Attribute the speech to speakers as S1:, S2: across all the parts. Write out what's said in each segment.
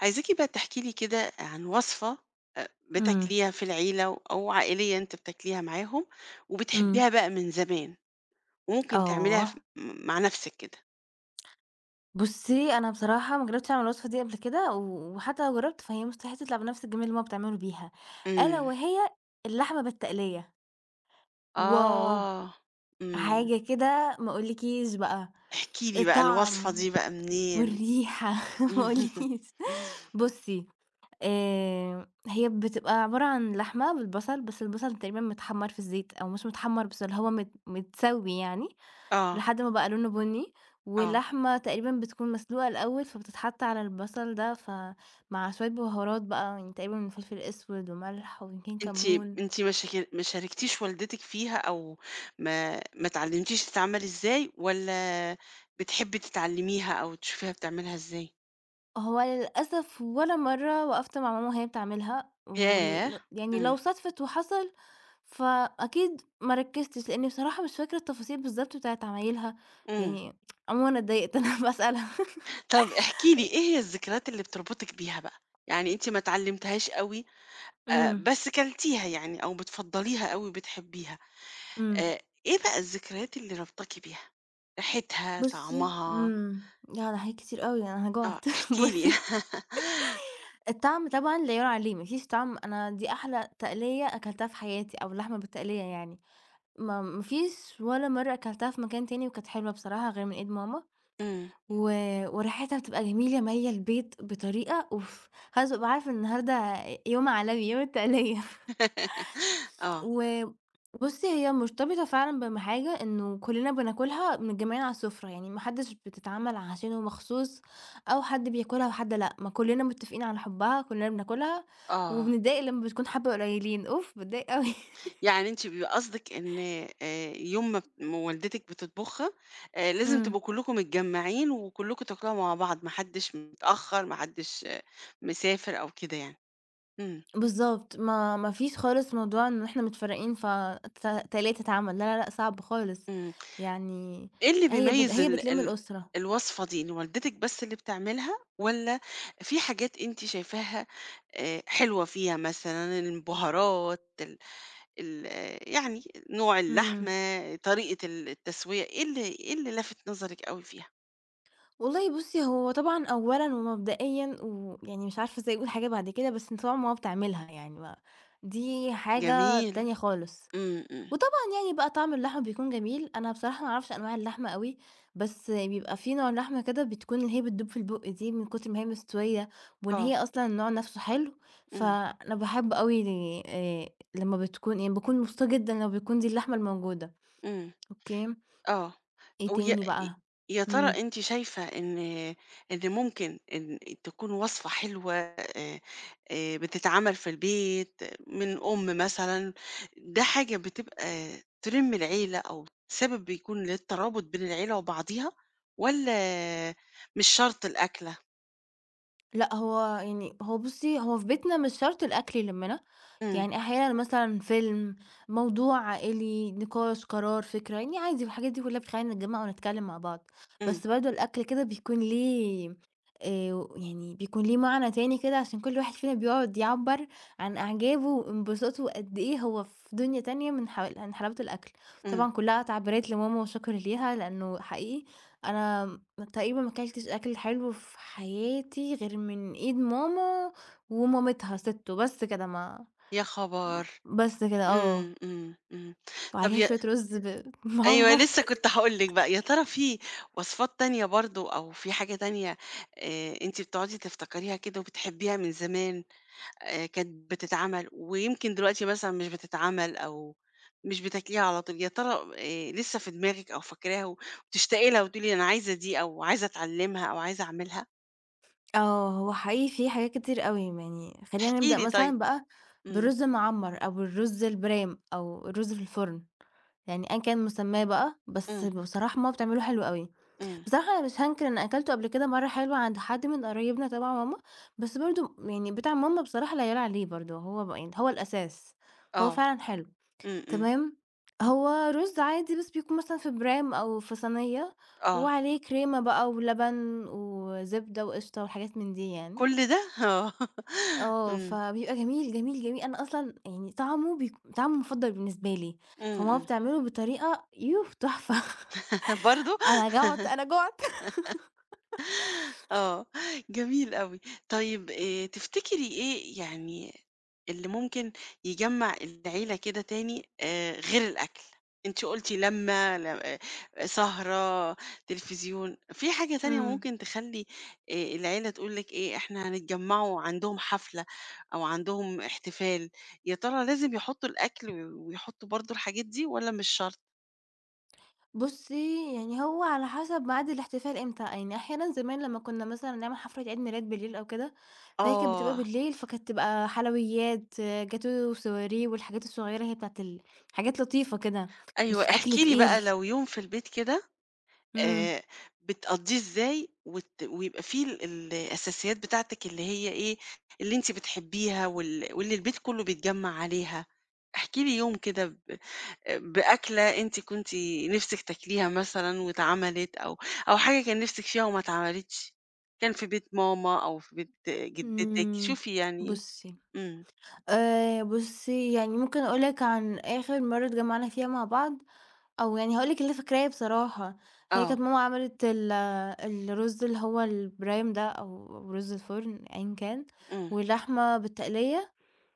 S1: عايزاكِ بقى تحكي لي كده عن وصفة
S2: إمم.
S1: بتاكليها في العيلة أو عائلية أنتِ بتاكليها معاهم،
S2: إمم.
S1: وبتحبيها بقى من زمان، وممكن تعمليها ف
S2: آه.
S1: م مع نَفْسِك كده.
S2: بُصّي أنا بصراحة ما جرّبتش أعمل الوصفة دي قبل كده، و وحتى لو جرّبت فهي مستحيل تطلع بنفس الجمال اللي هُم بتعمله بيها، ألا
S1: إمم.
S2: وهي اللحمة بالتقلية. واو!
S1: آه. إمم.
S2: حاجة كده ما أقولكيش بقى.
S1: احكي لي بقى الوصفة
S2: الطعم
S1: دي بقى منين؟
S2: والريحة ما أقولكيش. بُصّي، هي بتبقى عبارة عن لحمة بالبصل، بس البصل تقريبًا متحمّر في الزيت أو مش متحمّر بس اللي هو متسوي يعني
S1: آه،
S2: لحد ما بقى لونه بني،
S1: آه.
S2: واللحمة تقريبًا بتكون مسلوقة الأول، فبتتحط على البصل ده، فمع شوية بهارات بقى يعني تقريبًا من فلفل أسود وملح ويمكن
S1: أنتِ
S2: كمون.
S1: أنتِ ما شاركتيش والدتِك فيها أو ما اتعلمتيش تتعمل إزاي، والّا بتحبي تتعلميها أو تشوفيها بتعملها إزاي؟
S2: هو للأسف ولا مرّة وقفت مع ماما وهي بتعملها،
S1: ياه!
S2: يعني
S1: إمم.
S2: لو صادفت وحصل فأكيد ما ركّزتش، لإني بصراحة مش فاكرة التفاصيل بالضبط بتاعة عمايلها،
S1: إمم.
S2: يعني عمومًا أنا اتضايقت إن أنا باسألها.
S1: طب احكي لي إيه هي الذكريات اللي بتربطِك بيها بقى؟ يعني أنتِ ما اتعلمتيهاش أوي،
S2: إمم.
S1: بس كلتيها يعني أو بتفضّليها أوي بتحبيها،
S2: إمم.
S1: آآ، إيه بقى الذكريات اللي رابطاكِ بيها؟ ريحتها،
S2: بُصّي
S1: طعمها،
S2: ياه! ده حاجات كتير أوي، يعني أنا
S1: آه،
S2: جُعت.
S1: احكي لي.
S2: بُصّي، الطعم طبعًا لا يُعلى عليه، ما فيش طعم، أنا دي أحلى تقلية أكلتها في حياتي أو لحمة بالتقلية يعني، ما فيش ولا مرّة أكلتها في مكان تاني وكانت حلوة بصراحة غير من إيد ماما،
S1: إمم.
S2: و وريحتها بتبقى جميلة مالية البيت بطريقة، أوف! خلاص بابقى عارفة إن النهارده يوم عالمي، يوم التقلية.
S1: آه،
S2: و بُصّي، هي مرتبطة فعلًا بحاجة إنه كُلّنا بناكلها متجمّعين على السُفرة، يعني ما حدّش بتتعمل عشانه مخصوص أو حد بياكلها وحد لأ، ما كُلّنا متّفقين على حُبّها، كُلّنا بناكلها
S1: آه،
S2: وبنتضايق لمّا بتكون حبّة قليّلين، أوف باتضايق أوي.
S1: يعني أنتِ بيبقى قصدِك إن يوم ما والدتِك بتطبخها، لازم تبقوا
S2: إمم.
S1: كلّكم متجمّعين وكلّكم تاكلوها مع بعض، ما حدّش متأخّر، ما حدّش مسافر أو كده يعني. إمم،
S2: بالضبط، ما فيش خالص موضوع إن إحنا متفرّقين تلاقي تتعمل، لا، لا، لأ، صعب خالص،
S1: إمم.
S2: يعني
S1: إيه اللي بيميّز
S2: هي
S1: ال
S2: بتلِم
S1: ال
S2: الأسرة.
S1: الوصفة دي، إن والدتِك بس اللي بتعملها والّا في حاجات أنتِ شايفاها حلوة فيها مثلًا، البهارات ال ال آه، يعني نوع اللحمة،
S2: إمم.
S1: طريقة التسوية، إيه اللي لافت نظرِك أوي فيها؟
S2: والله بُصّي، هو طبعًا أولًا ومبدئيًا ويعني مش عارفة إزاي أقول حاجة بعد كده، بس طبعًا ماما بتعملها يعني، ما دي حاجة
S1: جميل.
S2: تانية خالص.
S1: إمم، إمم.
S2: وطبعًا يعني بقى طعم اللحمة بيكون جميل، أنا بصراحة ما أعرفش أنواع اللحمة أوي، بس بيبقى في نوع لحمة كده بتكون اللي هي بتدوب في البُق دي من كتر ما هي مستوية، وإن
S1: آه،
S2: هي أصلًا النوع نفسه حلو،
S1: إمم،
S2: فأنا باحب أوي آآ لمّا بتكون، يعني باكون مبسوطة جدًا لمّا بتكون دي اللحمة الموجودة.
S1: إمم.
S2: أوكي.
S1: آه.
S2: إيه
S1: ويا
S2: تاني بقى؟
S1: يا ترى
S2: إمم.
S1: أنتِ شايفة إن ممكن إن تكون وصفة حلوة، بتتعمل في البيت من أم مثلًا، ده حاجة بتبقى تلِم العيلة أو سبب بيكون للترابط بين العيلة وبعضيها، والّا مش شرط الأكلة؟
S2: لأ، هو يعني هو بُصّي، هو في بيتنا مش شرط الأكل يلمّنا،
S1: إمم،
S2: يعني أحيانًا مثلًا فيلم، موضوع عائلي، نقاش، قرار، فكرة، يعني عادي الحاجات دي كلّها بتخلّينا نتجمّع ونتكلّم مع بعض،
S1: إمم،
S2: بس برضه الأكل كده بيكون ليه، يعني بيكون ليه معنى تاني كده عشان كل واحد فينا بيقعد يعبّر عن إعجابه وانبساطه وقد إيه هو في دنيا تانية من حل من حلاوة الأكل،
S1: إمم،
S2: طبعًا كلّها تعبيرات لماما وشكر ليها لإنه حقيقي أنا تقريبًا ما كلتش أكل حلو في حياتي غير من إيد ماما ومامتها سِتّو، بس كده ما
S1: يا خبر!
S2: بس كده آه،
S1: إمم، إمم، إمم. طب
S2: وعليها
S1: ي
S2: شوية رز
S1: أيوه،
S2: معمّر.
S1: لسه كنت هاقول لِك بقى. يا ترى في وصفات تانية برضه أو في حاجة تانية أنتِ بتقعدي تفتكريها كده وبتحبيها من زمان، كانت بتتعمل ويمكن دلوقتي مثلًا مش بتتعمل أو مش بتاكليها على طول، يا ترى لسه في دماغِك أو فاكراها وبتشتاقي لها وتقولي أنا عايزة دي أو عايزة أتعلمها أو عايزة أعملها؟
S2: آه، هو حقيقي في حاجات كتير أوي يعني خلّينا
S1: احكي
S2: نبدأ
S1: لي طيب.
S2: مثلًا بقى
S1: إمم،
S2: بالرز المعمّر أو الرز البرام أو الرز في الفرن، يعني أيًا كان مسماه بقى، بس
S1: إمم،
S2: بصراحة ماما بتعمله حلو أوي.
S1: إمم،
S2: بصراحة أنا مش هانكر، أنا أكلته قبل كده مرة حلوة عند حد من قرايبنا تبع ماما، بس برضه يعني بتاع ماما بصراحة لا يعلى عليه برضه، هو ب يعني هو الأساس، هو
S1: آه،
S2: فعلًا حلو،
S1: إمم، إمم،
S2: تمام، هو رز عادي بس بيكون مثلًا في برام أو في صينية
S1: آه،
S2: وعليه كريمة بقى ولبن وزبدة وقشطة وحاجات من دي يعني،
S1: كل ده؟ آه،
S2: آه،
S1: إمم،
S2: فبيبقى جميل، جميل، جميل، أنا أصلًا يعني طعمه المفضل بالنسبة لي، فماما
S1: إمم،
S2: بتعمله بطريقة، يوه تحفة.
S1: إمم، برضه؟
S2: أنا جُعت، أنا جُعت.
S1: آه، جميل أوي. طيب، تفتكري إيه يعني اللي ممكن يجمّع العيلة كده تاني غير الأكل؟ أنتِ قُلتِ لمّة، ل سهرة، تلفزيون، في حاجة تانية
S2: إمم.
S1: ممكن تخلّي العيلة تقول لِك إيه، إحنا هنتجمّعوا عندهم حفلة أو عندهم احتفال، يا ترى لازم يحطّوا الأكل ويحطّوا برضه الحاجات دي والّا مش شرط؟
S2: بُصّي، يعني هو على حسب ميعاد الاحتفال إمتى، يعني أحيانًا زمان لمّا كنا مثلًا نعمل حفلة عيد ميلاد بالليل أو كده، فهي كانت بتبقى
S1: آه،
S2: بالليل، فكانت تبقى حلويات، آه، جاتو وسواريه والحاجات الصغيرة هي بتاعة حاجات لطيفة كده، مش
S1: أيوه،
S2: أكل
S1: احكي لي بقى
S2: تقيل.
S1: لو يوم في البيت كده،
S2: إمم.
S1: آآ بتقضّيه إزاي ويبقى فيه الأساسيات بتاعتِك اللي هي إيه، اللي أنتِ بتحبّيها واللي البيت كُلّه بيتجمّع عليها. احكي لي يوم كده بأكلة أنتِ كنتِ نِفْسِك تاكليها مثلًا واتعملِت أو أو حاجة كان نِفْسِك فيها وما اتعملِتش، كان في بيت ماما أو في بيت جدتِك،
S2: إمم،
S1: شوفي يعني.
S2: بُصّي،
S1: إمم.
S2: بُصّي يعني ممكن أقول لِك عن آخر مرة اتجمّعنا فيها مع بعض أو يعني هاقول لِك اللي أنا فاكراه بصراحة. هي
S1: آه.
S2: كانت ماما عملت ال الرز اللي هو البرايم ده أو رز الفرن أيًا كان،
S1: إمم.
S2: واللحمة بالتقلية،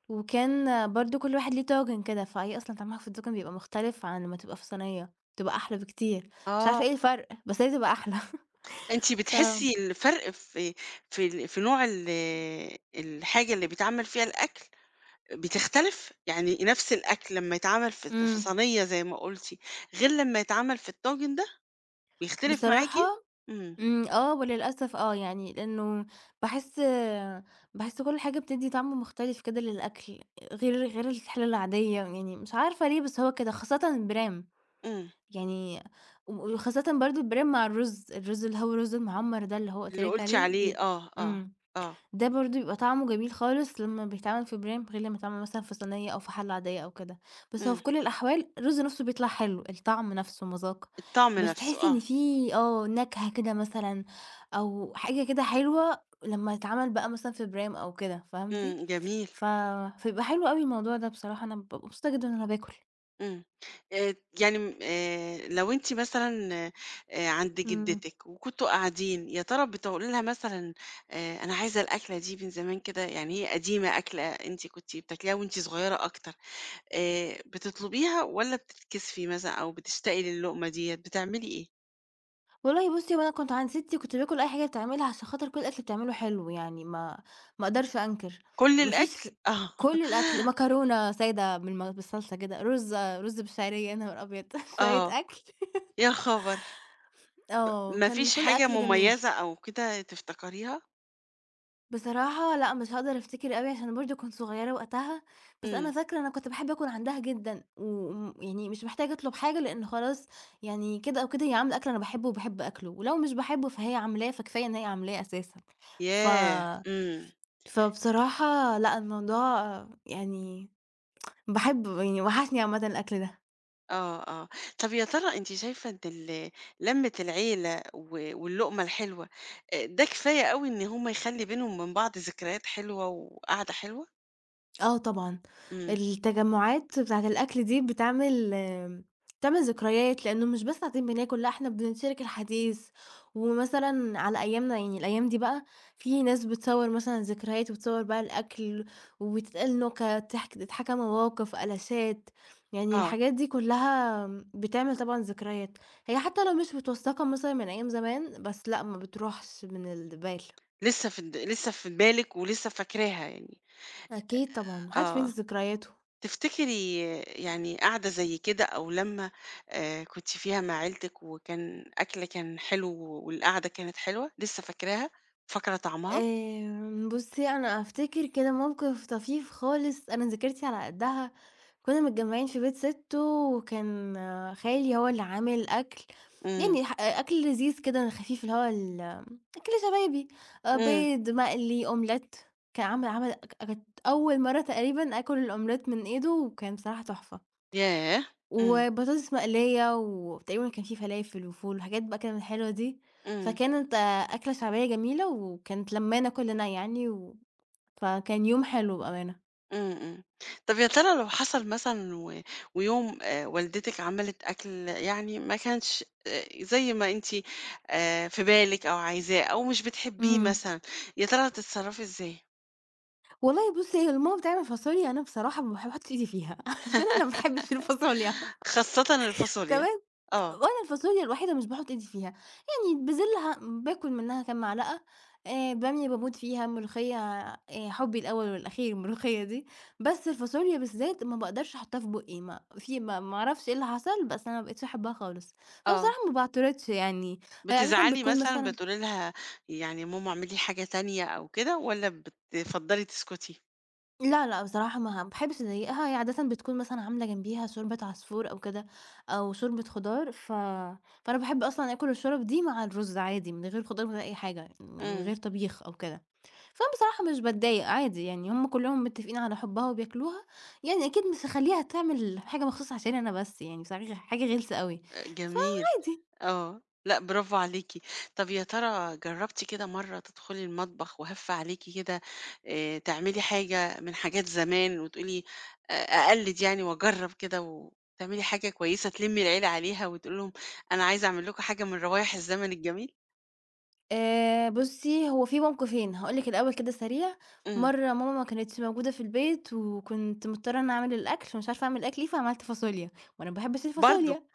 S2: وكان برضه كل واحد ليه طاجن كده، فهي أصلًا طعمها في الطاجن بيبقى مختلف عن لمّا تبقى في صينية، بتبقى أحلى بكتير، مش
S1: آه.
S2: عارفة إيه الفرق، بس هي بتبقى أحلى.
S1: أنتِ
S2: ف
S1: بتحسّي الفرق في نوع الحاجة اللي بيتعمل فيها الأكل؟ بتختلف؟ يعني نفس الأكل لمّا يتعمل في
S2: إمم،
S1: صينية زي ما قُلتِ، غير لمّا يتعمل في الطاجن ده، بيختلف معاكِ؟
S2: بصراحة
S1: إمم،
S2: إمم، آه، وللأسف يعني لأنه باحس، باحس كل حاجة بتدّي طعم مختلف كده للأكل، غير الحلة العادية، يعني مش عارفة ليه بس هو كده، خاصةً البرام،
S1: إمم،
S2: يعني و وخاصةً برضه البرام مع الرز، الرز اللي هو الرز المعمّر ده اللي هو قُلت
S1: اللي
S2: لِك
S1: قُلتِ
S2: عليه
S1: عليه آه، آه،
S2: إمم.
S1: آه،
S2: ده برضه بيبقى طعمه جميل خالص لمّا بيتعمل في برام، غير لمّا يتعمل مثلًا في صينية أو في حلة عادية أو كده، بس هو
S1: إمم،
S2: في كل الأحوال الرز نفسه بيطلع حلو، الطعم نفسه مذاق،
S1: الطعم
S2: بس
S1: نفسه
S2: تحسي
S1: آه،
S2: إن في آه نكهة كده مثلًا أو حاجة كده حلوة لمّا يتعمل بقى مثلًا في برام أو كده، فهمتِ؟
S1: إمم، جميل،
S2: ف فبيبقى حلو أوي الموضوع ده بصراحة، أنا بابقى مبسوطة جدًا وأنا باكل.
S1: إمم. آآ يعني م لو أنتِ مثلًا عند
S2: إمم.
S1: جدتِك وكنتم قاعدين، يا ترى بتقولي لها مثلًا أنا عايزة الأكلة دي من زمان كده، يعني هي قديمة أكلة أنتِ كنتِ بتاكليها وأنتِ صغيرة أكتر، بتطلبيها والّا بتتكسفي مثلًا أو بتشتاقي للقمة ديّة، بتعملي إيه؟
S2: والله بُصّي، هو أنا كنت عند ستي كنت باكل أي حاجة بتعملها عشان خاطر كل الأكل بتعمله حلو يعني، ما أقدرش أنكر،
S1: كل
S2: ما فيش،
S1: الأكل؟ آه،
S2: كل الأكل مكرونة سادة بالصلصة كده، رُز بالشعرية، يا نهار أبيض! شوية
S1: آه،
S2: أكل،
S1: يا خبر!
S2: آه،
S1: ما
S2: كان
S1: فيش
S2: كل
S1: حاجة
S2: أكل جميل.
S1: مميزة أو كده تفتكريها؟
S2: بصراحة لأ، مش هاقدر أفتكر أوي عشان برضه كنت صغيرة وقتها، بس
S1: إمم،
S2: أنا فاكرة أنا كنت باحب آكل عندها جدًا، يعني مش محتاجة أطلب حاجة لإن خلاص، يعني كده أو كده هي عاملة أكل أنا باحبه وباحب آكله، ولو مش باحبه فهي عاملاه، فكفاية إن هي عاملاه أساسًا. ف
S1: ياه! إمم،
S2: فبصراحة لأ، الموضوع يعني باحب، يعني وحشني عامةً الأكل ده.
S1: آه، آه. طب يا ترى أنتِ شايفة إن لمّة العيلة واللقمة الحلوة، ده كفاية أوي إن هم يخلّي بينهم وبين بعض ذكريات حلوة وقعدة حلوة؟
S2: آه طبعًا،
S1: إمم،
S2: التجمُّعات بتاعة الأكل دي بتعمل بتعمل ذكريات، لإنه مش بس قاعدين بناكل، لأ إحنا بنشارك الحديث، ومثلًا على أيامنا يعني الأيام دي بقى في ناس بتصوّر مثلًا ذكريات، وتصوّر بقى الأكل، وتتقال نُكت، تتحكى مواقف، قلاشات، يعني
S1: آه،
S2: الحاجات دي كلّها بتعمل طبعًا ذكريات، هي حتى لو مش متوثّقة مثلًا من أيام زمان، بس لأ ما بتروحش من البال،
S1: لسه في د لسه في بالِك ولسه فاكراها يعني،
S2: أكيد طبعًا، ما حدش
S1: آه.
S2: بينسى ذكرياته.
S1: تفتكري يعني قعدة زي كده أو لمّة كنتِ فيها مع عيلتِك وكان أكل كان حلو والقعدة كانت حلوة، لسه فاكراها، فاكرة طعمها؟
S2: بُصّي، أنا أفتكر كده موقف طفيف خالص، أنا ذاكرتي على قدّها، كنا متجمّعين في بيت سِتّو، وكان آه، خالي هو اللي عامل أكل،
S1: إمم،
S2: يعني أكل لذيذ كده خفيف، اللي هو أكل شبابي،
S1: إمم،
S2: بيض مقلي، أومليت، كان عامل عمل ك كانت أول مرّة تقريبًا آكل الأومليت من إيده، وكان بصراحة تحفة.
S1: ياه! إمم،
S2: وبطاطس مقلية، وتقريبًا كان في فلافل وفول وحاجات بقى كده من الحلوة دي،
S1: إمم،
S2: فكانت أكلة شعبية جميلة، وكانت لمّانا كُلّنا يعني، و فكان يوم حلو بأمانة.
S1: إمم، إمم. طب يا ترى لو حصل مثلًا ويوم والدتِك عملت أكل يعني ما كانش زي ما أنتِ في بالِك أو عايزاه أو مش بتحبيه
S2: إمم.
S1: مثلًا، يا ترى هتتصرّفي إزاي؟
S2: والله بُصّي، هي لمّا ماما بتعمل فاصوليا أنا بصراحة ما باحبش أحُط إيدي فيها، عشان أنا ما باحبش الفاصوليا.
S1: خاصةً الفاصوليا.
S2: تمام؟
S1: آه،
S2: وأنا الفاصوليا الوحيدة مش باحُط إيدي فيها، يعني بازلها باكل منها كام معلقة، بامية باموت فيها، ملوخية، حُبّي الأول والأخير الملوخية دي، بس الفاصوليا بالذات ما باقدرش أحُطّها في بُقّي، ما في ما ما أعرفش إيه اللي حصل، بس أنا ما بقيتش أحبّها خالص،
S1: آه.
S2: فبصراحة ما باعترضش يعني. هي عادةً
S1: بتزعلي
S2: بتكون
S1: مثلًا
S2: مثلًا
S1: بتقولي لها يعني ماما اعملي حاجة تانية أو كده والّا بتفضّلي تسكتي؟
S2: لا، لأ، بصراحة ما باحبش أضايقها، هي عادةً بتكون مثلًا عاملة جنبيها شوربة عصفور أو كده، أو شوربة خضار. فأنا باحب أصلًا آكل الشورَب دي مع الرز عادي، من غير خضار، من غير أي حاجة، يعني من
S1: إمم.
S2: غير طبيخ أو كده، فأنا بصراحة مش باتضايق عادي يعني، هُم كلّهم متّفقين على حُبّها وبياكلوها، يعني أكيد مش هاخلّيها تعمل حاجة مخصوص عشان أنا بس يعني، بصراحة حاجة غِلسة أوي،
S1: جميل،
S2: فعادي.
S1: آه، لأ برافو عليكِ. طب يا ترى جرّبتِ كده مرّة تدخلي المطبخ وهَف عليكِ كده، تعملي حاجة من حاجات زمان وتقولي أقلّد يعني وأجرّب كده وتعملي حاجة كويسة تلمّي العيلة عليها وتقولي لهم أنا عايزة أعمل لكم حاجة من روايح الزمن الجميل؟
S2: بُصّي، هو في موقفين، هاقول لِك الأول كده سريع.
S1: إمم.
S2: مرّة ماما ما كانتش موجودة في البيت وكنت مضطرة إنّي أعمل الأكل ومش عارفة أعمل أكل إيه، فعملت فاصوليا وأنا ما باحبش
S1: برضه!
S2: الفاصوليا،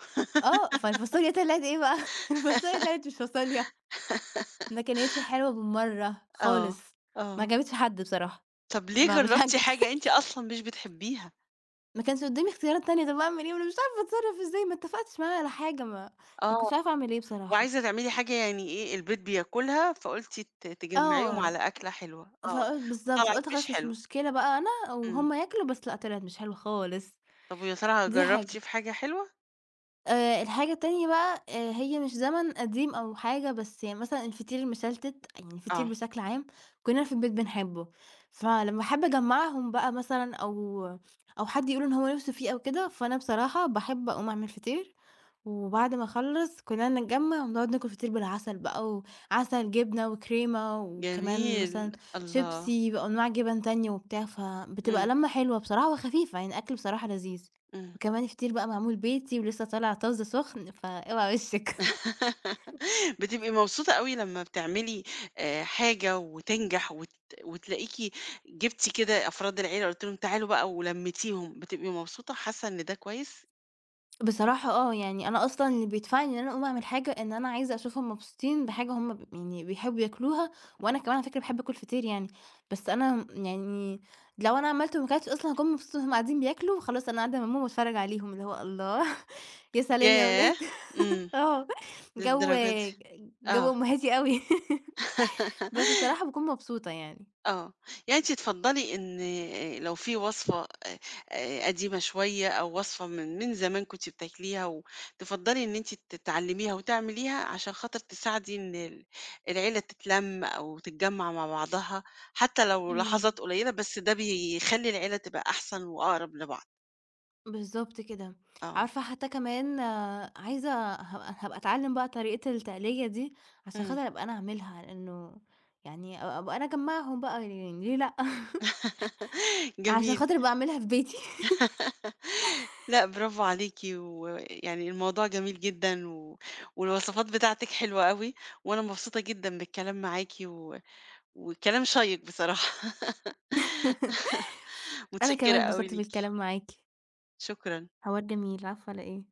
S2: آه، فالفاصوليا طلعت إيه بقى، الفاصوليا طلعت مش فاصوليا، ما كانتش حلوة بالمرّة خالص،
S1: آه،
S2: ما
S1: آه.
S2: عجبتش حد بصراحة.
S1: طب ليه
S2: ما مش
S1: جرّبتِ
S2: هانكر،
S1: حاجة أنتِ أصلًا مش بتحبيها؟
S2: ما كانش قدّامي اختيارات تانية، طب أعمل إيه، ما أنا مش عارفة أتصرّف إزاي، ما اتفقتش معاه على حاجة، ما
S1: آه،
S2: ما كنتش عارفة أعمل إيه بصراحة.
S1: وعايزة تعملي حاجة يعني إيه البيت بياكلها، فقُلتِ تجمّعيهم
S2: آه.
S1: على أكلة حلوة، آه،
S2: فقُلت بالضبط،
S1: وطلعت
S2: فقُلت
S1: مش
S2: خلاص مش
S1: حلوة،
S2: مشكلة بقى أنا
S1: إمم،
S2: وهُم ياكلوا، بس لأ طلعت مش حلوة خالص.
S1: طب ويا ترى
S2: دي
S1: جرّبتِ
S2: حاجة.
S1: في حاجة حلوة؟
S2: الحاجة التانية بقى، هي مش زمن قديم أو حاجة، بس يعني مثلًا الفطير المشلتت، يعني الفطير
S1: آه،
S2: بشكل عام كُلّنا في البيت بنحبه، فلمّا أحب أجمّعهم بقى مثلًا، أو حد يقول إن هو نِفْسه فيه أو كده، فأنا بصراحة باحب أقوم أعمل فطير وبعد ما أخلّص كُنّا نتجمّع ونقعد ناكل فطير بالعسل بقى وعسل، جبنة وكريمة وكمان
S1: جميل،
S2: مثلًا
S1: الله!
S2: شيبسي بأنواع جِبَن تانية وبتاع، فبتبقى
S1: إمم،
S2: لمّة حلوة بصراحة وخفيفة، يعني أكل بصراحة لذيذ.
S1: إمم.
S2: وكمان الفطير بقى معمول بيتي ولسه طالع طازة سُخن، فاوعى وشِّك.
S1: بتبقي مبسوطة أوي لمّا بتعملي حاجة وتنجح وتلاقيكِ جِبتِ كده أفراد العيلة قُلتِ لهم تعالوا بقى ولمّيتيهم، بتبقي مبسوطة، حاسة إن ده كويس؟
S2: بصراحة آه، يعني أنا أصلًا اللي بيدفعني إن أنا أقوم أعمل حاجة إن أنا عايزة أشوفهم مبسوطين بحاجة هم يعني بيحبوا ياكلوها، وأنا كمان على فكرة باحب آكل فطير يعني، بس أنا يعني لو أنا عملته وما كلتش أصلًا هاكون مبسوطة وهُم قاعدين بياكلوا، خلاص أنا قاعدة ملمومة باتفرج عليهم، اللي هو الله يا سلام يا
S1: ياه!
S2: ولاد.
S1: إمم.
S2: آه، جو
S1: للدرجة دي!
S2: جو
S1: آه.
S2: أمهاتي أوي. بس بصراحة باكون مبسوطة يعني.
S1: آه. يعني أنتِ تفضّلي إن لو في وصفة قديمة شوية أو وصفة من زمان كنتِ بتاكليها وتفضّلي إن أنتِ تتعلّميها وتعمليها عشان خاطر تساعدي إن العيلة تتلَم أو تتجمّع مع بعضها، حتّى لو
S2: إمم.
S1: لحظات قليّلة، بس ده بيخلّي العيلة تبقى أحسن وأقرب لبعض.
S2: بالضبط كده.
S1: آه.
S2: عارفة حتى كمان آه، عايزة هابقى أتعلّم بقى طريقة التقلية دي، عشان
S1: إمم.
S2: خاطر أبقى أنا أعملها، لإنه يعني أبقى أنا أجمّعهم بقى، يعني ليه لأ؟ عشان
S1: جميل.
S2: خاطر أبقى أعملها في بيتي.
S1: لأ برافو عليكِ، ويعني الموضوع جميل جدًا والوصفات بتاعتِك حلوة أوي، وأنا مبسوطة جدًا بالكلام معاكِ وكلام شيّق بصراحة.
S2: أنا
S1: متشكرة
S2: كمان
S1: أوي
S2: اتبسطت
S1: ليكِ،
S2: بالكلام معاكِ،
S1: شكرًا.
S2: حوار جميل، عفوا على إيه.